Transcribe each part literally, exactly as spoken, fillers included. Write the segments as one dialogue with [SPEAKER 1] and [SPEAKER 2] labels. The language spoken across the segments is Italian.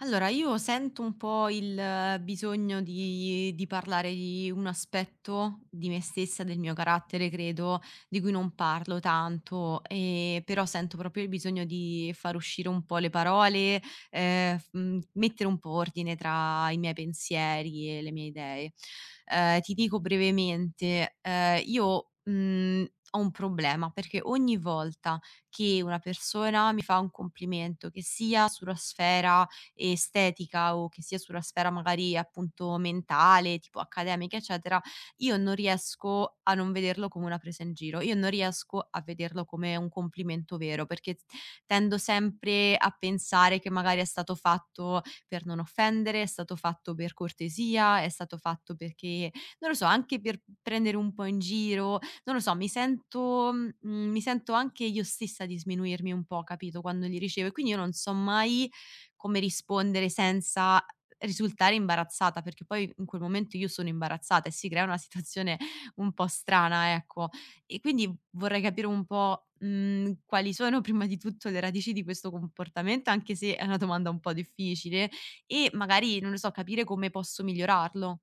[SPEAKER 1] Allora, io sento un po' il eh, bisogno di di parlare di un aspetto di me stessa, del mio carattere credo, di cui non parlo tanto, ehm, però sento proprio il bisogno di far uscire un po' le parole, ehm, f mhmm, mettere un po' ordine tra i miei pensieri e le mie idee. Ehm, ti dico brevemente, ehm, io, mhmm, ho un problema, perché ogni volta che una persona mi fa un complimento, che sia sulla sfera estetica o che sia sulla sfera magari appunto mentale, tipo accademica, eccetera, io non riesco a non vederlo come una presa in giro, io non riesco a vederlo come un complimento vero, perché tendo sempre a pensare che magari è stato fatto per non offendere, è stato fatto per cortesia, è stato fatto perché, non lo so, anche per prendere un po' in giro, non lo so, mi sento, mh, mi sento anche io stessa di sminuirmi un po', capito, quando li ricevo, e quindi io non so mai come rispondere senza risultare imbarazzata, perché poi in quel momento io sono imbarazzata e si crea una situazione un po' strana, ecco. E quindi vorrei capire un po', mhmm, quali sono prima di tutto le radici di questo comportamento, anche se è una domanda un po' difficile, e magari, non lo so, capire come posso migliorarlo.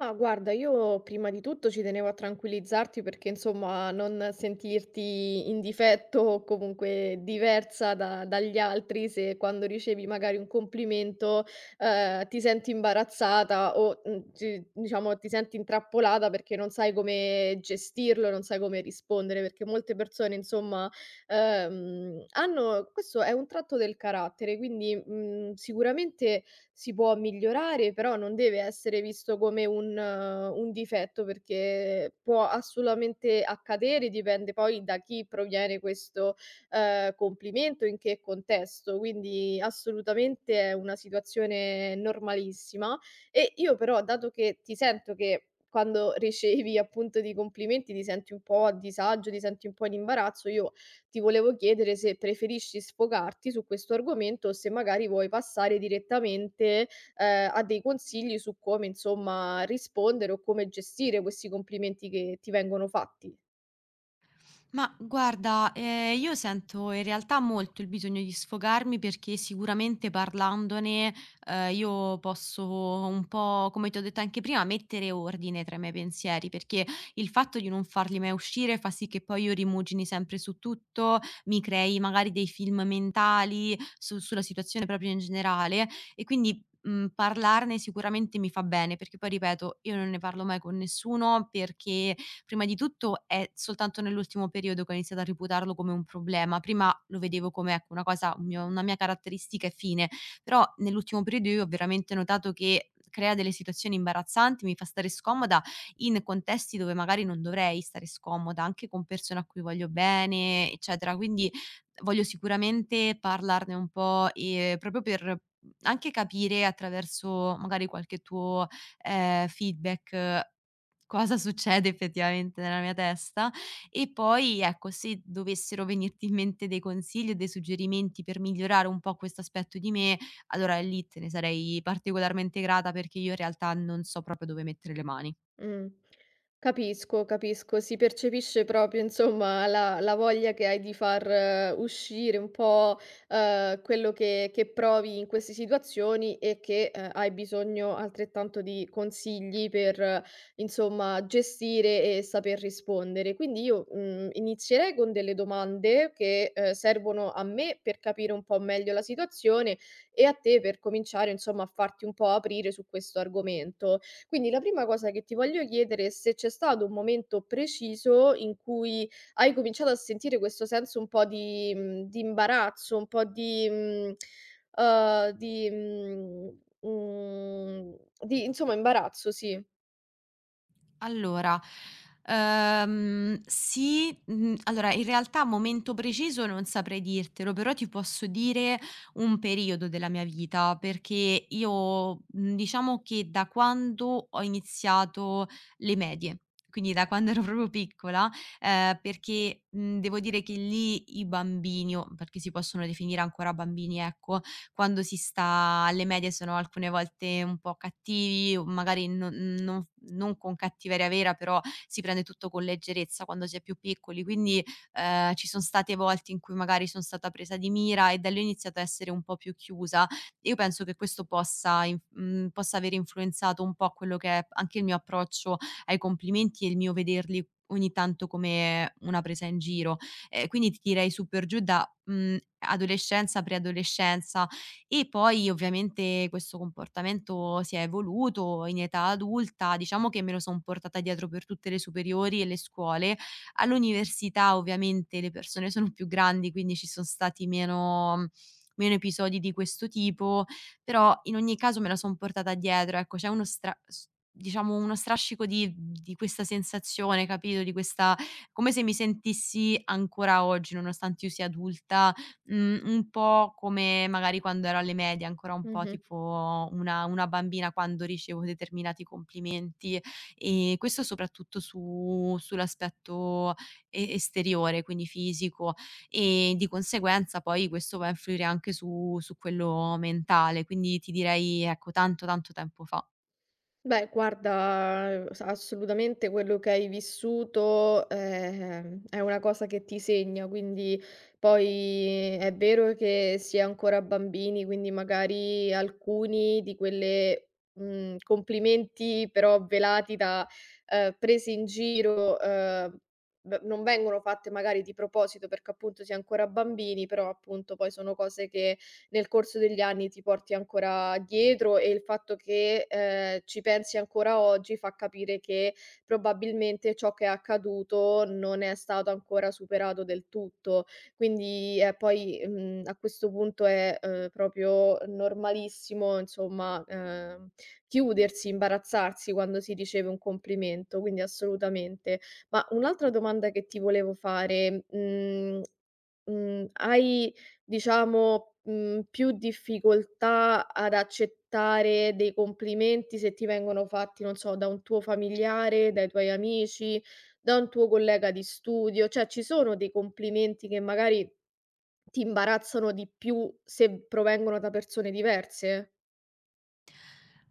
[SPEAKER 2] Ma guarda, io prima di tutto ci tenevo a tranquillizzarti perché insomma non sentirti in difetto o comunque diversa da- dagli altri se quando ricevi magari un complimento eh, ti senti imbarazzata o mm, ti- diciamo ti senti intrappolata perché non sai come gestirlo, non sai come rispondere, perché molte persone insomma ehm, hanno, questo è un tratto del carattere, quindi mm, sicuramente si può migliorare, però non deve essere visto come un eh, un difetto, perché può assolutamente accadere, dipende poi da chi proviene questo, ehm, complimento, in che contesto, quindi assolutamente è una situazione normalissima. E io però, dato che ti sento che quando ricevi appunto dei complimenti ti senti un po' a disagio, ti senti un po' in imbarazzo, io ti volevo chiedere se preferisci sfogarti su questo argomento o se magari vuoi passare direttamente, ehm, a dei consigli su come, insomma, rispondere o come gestire questi complimenti che ti vengono fatti.
[SPEAKER 1] Ma guarda, ehm, io sento in realtà molto il bisogno di sfogarmi, perché sicuramente parlandone, ehm, io posso un po', come ti ho detto anche prima, mettere ordine tra i miei pensieri, perché il fatto di non farli mai uscire fa sì che poi io rimugini sempre su tutto, mi crei magari dei film mentali su sulla situazione proprio in generale e quindi, mhmm, parlarne sicuramente mi fa bene, perché poi ripeto, io non ne parlo mai con nessuno, perché prima di tutto è soltanto nell'ultimo periodo che ho iniziato a reputarlo come un problema. Prima lo vedevo come, ecco, una cosa, un mio una mia caratteristica e fine, però nell'ultimo periodo io ho veramente notato che crea delle situazioni imbarazzanti, mi fa stare scomoda in contesti dove magari non dovrei stare scomoda, anche con persone a cui voglio bene, eccetera. Quindi voglio sicuramente parlarne un po', ehm, proprio per anche capire attraverso magari qualche tuo, ehm, feedback, cosa succede effettivamente nella mia testa, e poi ecco, se dovessero venirti in mente dei consigli o dei suggerimenti per migliorare un po' questo aspetto di me, allora lì te ne sarei particolarmente grata, perché io in realtà non so proprio dove mettere le mani.
[SPEAKER 2] Mh. Capisco, capisco. Si percepisce proprio insomma la la voglia che hai di far eh, uscire un po', ehm, quello che che provi in queste situazioni e che, ehm, hai bisogno altrettanto di consigli per, eh, insomma, gestire e saper rispondere. Quindi io, mhmm, inizierei con delle domande che, ehm, servono a me per capire un po' meglio la situazione e a te per cominciare, insomma, a farti un po' aprire su questo argomento. Quindi la prima cosa che ti voglio chiedere è se c'è stato un momento preciso in cui hai cominciato a sentire questo senso un po' di mhmm, di imbarazzo, un po' di mhmm, uhm, di mhmm, mhmm, di insomma imbarazzo, sì.
[SPEAKER 1] Allora, ehm, sì, mhmm, allora in realtà momento preciso non saprei dirtelo, però ti posso dire un periodo della mia vita, perché io, mhmm, diciamo che da quando ho iniziato le medie, quindi da quando ero proprio piccola, ehm, perché, mhmm, devo dire che lì i bambini, o perché si possono definire ancora bambini, ecco, quando si sta alle medie sono alcune volte un po' cattivi o magari non non non con cattiveria vera, però si prende tutto con leggerezza quando si è più piccoli, quindi, ehm, ci son state volte in cui magari son stata presa di mira, e da lì ho iniziato a essere un po' più chiusa. Io penso che questo possa inf mhmm, possa aver influenzato un po' quello che è anche il mio approccio ai complimenti e il mio vederli ogni tanto come una presa in giro. Ehm, quindi ti direi su per giù da, mhmm, adolescenza, preadolescenza, e poi ovviamente questo comportamento si è evoluto in età adulta, diciamo che me lo son portata dietro per tutte le superiori e le scuole. All'università ovviamente le persone sono più grandi, quindi ci son stati meno mhmm, meno episodi di questo tipo, però in ogni caso me la son portata dietro, ecco, c'è uno stra s diciamo uno strascico di di questa sensazione, capito, di questa, come se mi sentissi ancora oggi, nonostante io sia adulta, Mhmm, un po' come magari quando ero alle medie, ancora un po'
[SPEAKER 2] Mh-mh.
[SPEAKER 1] tipo una una bambina quando ricevo determinati complimenti, ehm, questo soprattutto su sull'aspetto e esteriore, quindi fisico, e di conseguenza poi questo va a influire anche su su quello mentale, quindi ti direi ecco tanto, tanto tempo fa.
[SPEAKER 2] Beh, guarda, s assolutamente quello che hai vissuto, ehm, è una cosa che ti segna, quindi poi è vero che si è ancora bambini, quindi magari alcuni di quelle mhmm, complimenti però velati da, ehm, prese in giro, ehm, v non vengono fatte magari di proposito perché appunto si è ancora bambini, però appunto poi sono cose che nel corso degli anni ti porti ancora dietro e il fatto che, ehm, ci pensi ancora oggi fa capire che probabilmente ciò che è accaduto non è stato ancora superato del tutto. Quindi, eh, poi, mhmm, a questo punto è, uhm, proprio normalissimo insomma, ehm, chiudersi, imbarazzarsi quando si riceve un complimento, quindi assolutamente. Ma un'altra domanda che ti volevo fare, mhmm, mhmm, hai Diciamo, mhmm, più difficoltà ad accettare dei complimenti se ti vengono fatti, non so, da un tuo familiare, dai tuoi amici, da un tuo collega di studio, cioè ci sono dei complimenti che magari ti imbarazzano di più se provengono da persone diverse?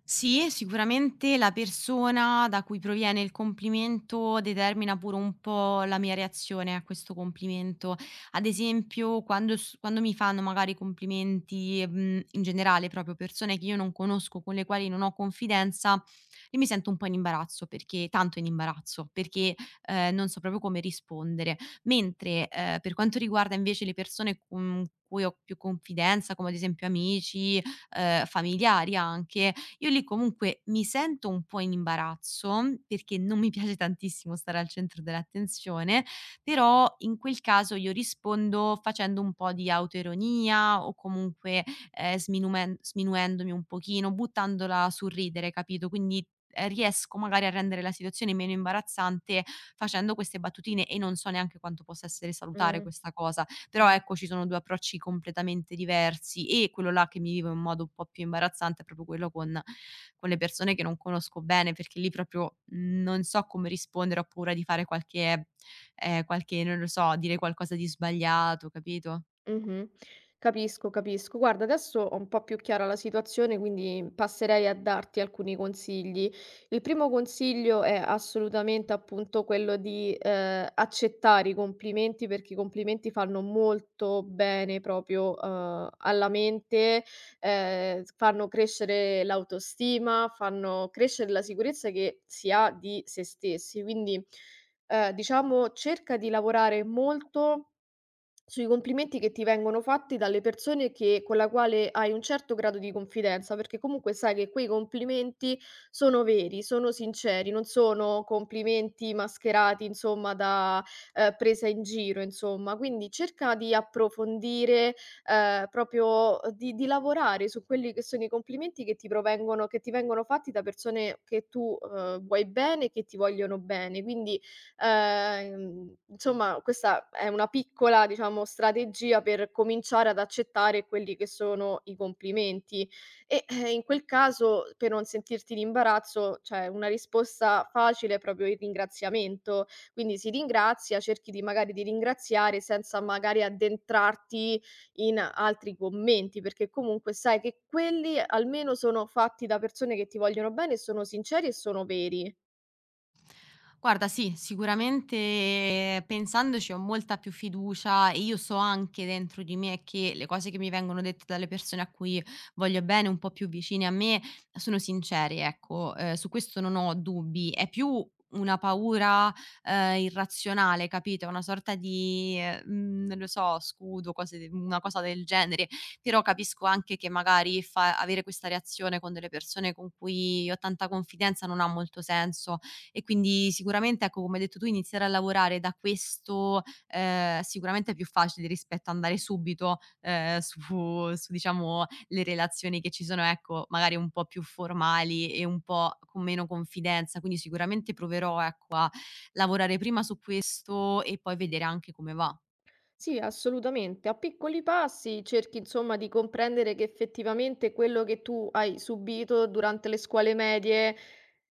[SPEAKER 1] Sì, sicuramente la persona da cui proviene il complimento determina pure un po' la mia reazione a questo complimento. Ad esempio, quando, s- quando mi fanno magari complimenti, mm, in generale, proprio persone che io non conosco, con le quali non ho confidenza, io mi sento un po' in imbarazzo, perché tanto in imbarazzo, perché eh, non so proprio come rispondere. Mentre eh, per quanto riguarda invece le persone con cui ho più confidenza, come ad esempio amici, ehm, familiari anche, io lì comunque mi sento un po' in imbarazzo, perché non mi piace tantissimo stare al centro dell'attenzione, però in quel caso io rispondo facendo un po' di autoironia o comunque, ehm, sminumen sminuendomi un pochino, buttandola sul ridere, capito, quindi, ehm, riesco magari a rendere la situazione meno imbarazzante facendo queste battutine, e non so neanche quanto possa essere salutare
[SPEAKER 2] Mh,
[SPEAKER 1] questa cosa, però
[SPEAKER 2] mh.
[SPEAKER 1] ecco ci sono due approcci completamente diversi, e quello là che mi vivo in modo un po' più imbarazzante è proprio quello con con le persone che non conosco bene, perché lì proprio non so come rispondere, ho paura di fare qualche ehm, qualche, non lo so, dire qualcosa di sbagliato, capito?
[SPEAKER 2] Mh-mh. Capisco, capisco. Guarda, adesso ho un po' più chiara la situazione, quindi passerei a darti alcuni consigli. Il primo consiglio è assolutamente, appunto, quello di, ehm, accettare i complimenti, perché i complimenti fanno molto bene proprio, uhm, alla mente, ehm, s fanno crescere l'autostima, fanno crescere la sicurezza che si ha di se stessi. Quindi, ehm, diciamo cerca di lavorare molto sui complimenti che ti vengono fatti dalle persone che con la quale hai un certo grado di confidenza, perché comunque sai che quei complimenti sono veri, sono sinceri, non sono complimenti mascherati, insomma, da, ehm, presa in giro, insomma. Quindi cerca di approfondire, ehm, proprio eh, di di lavorare su quelli che sono i complimenti che ti provengono che ti vengono fatti da persone che tu, uhm, vuoi bene e che ti vogliono bene. Quindi Ehm, insomma questa è una piccola, diciamo, strategia per cominciare ad accettare quelli che sono i complimenti e, eh, in quel caso per non sentirti in imbarazzo, cioè una risposta facile è proprio il ringraziamento. Quindi si ringrazia, cerchi di magari di ringraziare senza magari addentrarti in altri commenti, perché comunque sai che quelli almeno sono fatti da persone che ti vogliono bene e sono sinceri e sono veri.
[SPEAKER 1] Guarda sì, sicuramente pensandoci ho molta più fiducia, e io so anche dentro di me che le cose che mi vengono dette dalle persone a cui voglio bene, un po' più vicine a me, sono sincere, ecco, ehm, su questo non ho dubbi. È più una paura, ehm, irrazionale, capito, una sorta di, mhmm, non lo so, scudo, cose de una cosa del genere, però capisco anche che magari fa avere questa reazione con delle persone con cui ho tanta confidenza, non ha molto senso, e quindi sicuramente, ecco, come hai detto tu, iniziare a lavorare da questo, ehm, sicuramente è più facile rispetto a andare subito, ehm, su su diciamo le relazioni che ci sono, ecco, magari un po' più formali e un po' con meno confidenza. Quindi sicuramente proverò, ecco, a lavorare prima su questo e poi vedere anche come va.
[SPEAKER 2] Sì, assolutamente. A piccoli passi cerchi insomma di comprendere che effettivamente quello che tu hai subito durante le scuole medie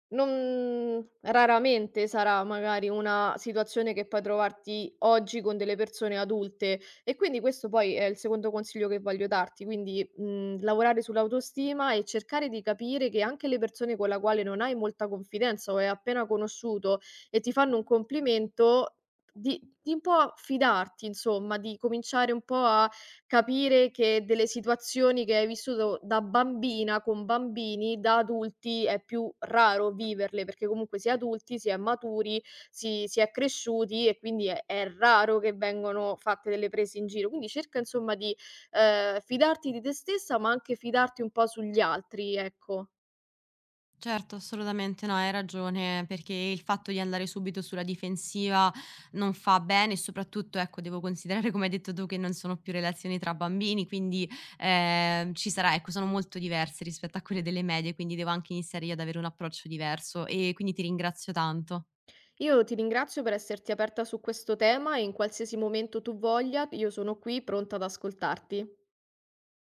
[SPEAKER 2] non raramente sarà magari una situazione che puoi trovarti oggi con delle persone adulte e quindi questo poi è il secondo consiglio che voglio darti, quindi mh, lavorare sull'autostima e cercare di capire che anche le persone con la quale non hai molta confidenza o hai appena conosciuto e ti fanno un complimento di di un po' fidarti insomma, di cominciare un po' a capire che delle situazioni che hai vissuto da bambina, con bambini, da adulti è più raro viverle, perché comunque si è adulti, si è maturi, si si è cresciuti e quindi è è raro che vengono fatte delle prese in giro. Quindi cerca insomma di, ehm, fidarti di te stessa, ma anche fidarti un po' sugli altri, ecco.
[SPEAKER 1] Certo, assolutamente no, hai ragione, perché il fatto di andare subito sulla difensiva non fa bene, e soprattutto, ecco, devo considerare, come hai detto tu, che non sono più relazioni tra bambini, quindi ehm, ci sarà, ecco, sono molto diverse rispetto a quelle delle medie, quindi devo anche iniziare io ad avere un approccio diverso, e quindi ti ringrazio tanto.
[SPEAKER 2] Io ti ringrazio per esserti aperta su questo tema e in qualsiasi momento tu voglia, io sono qui pronta ad ascoltarti.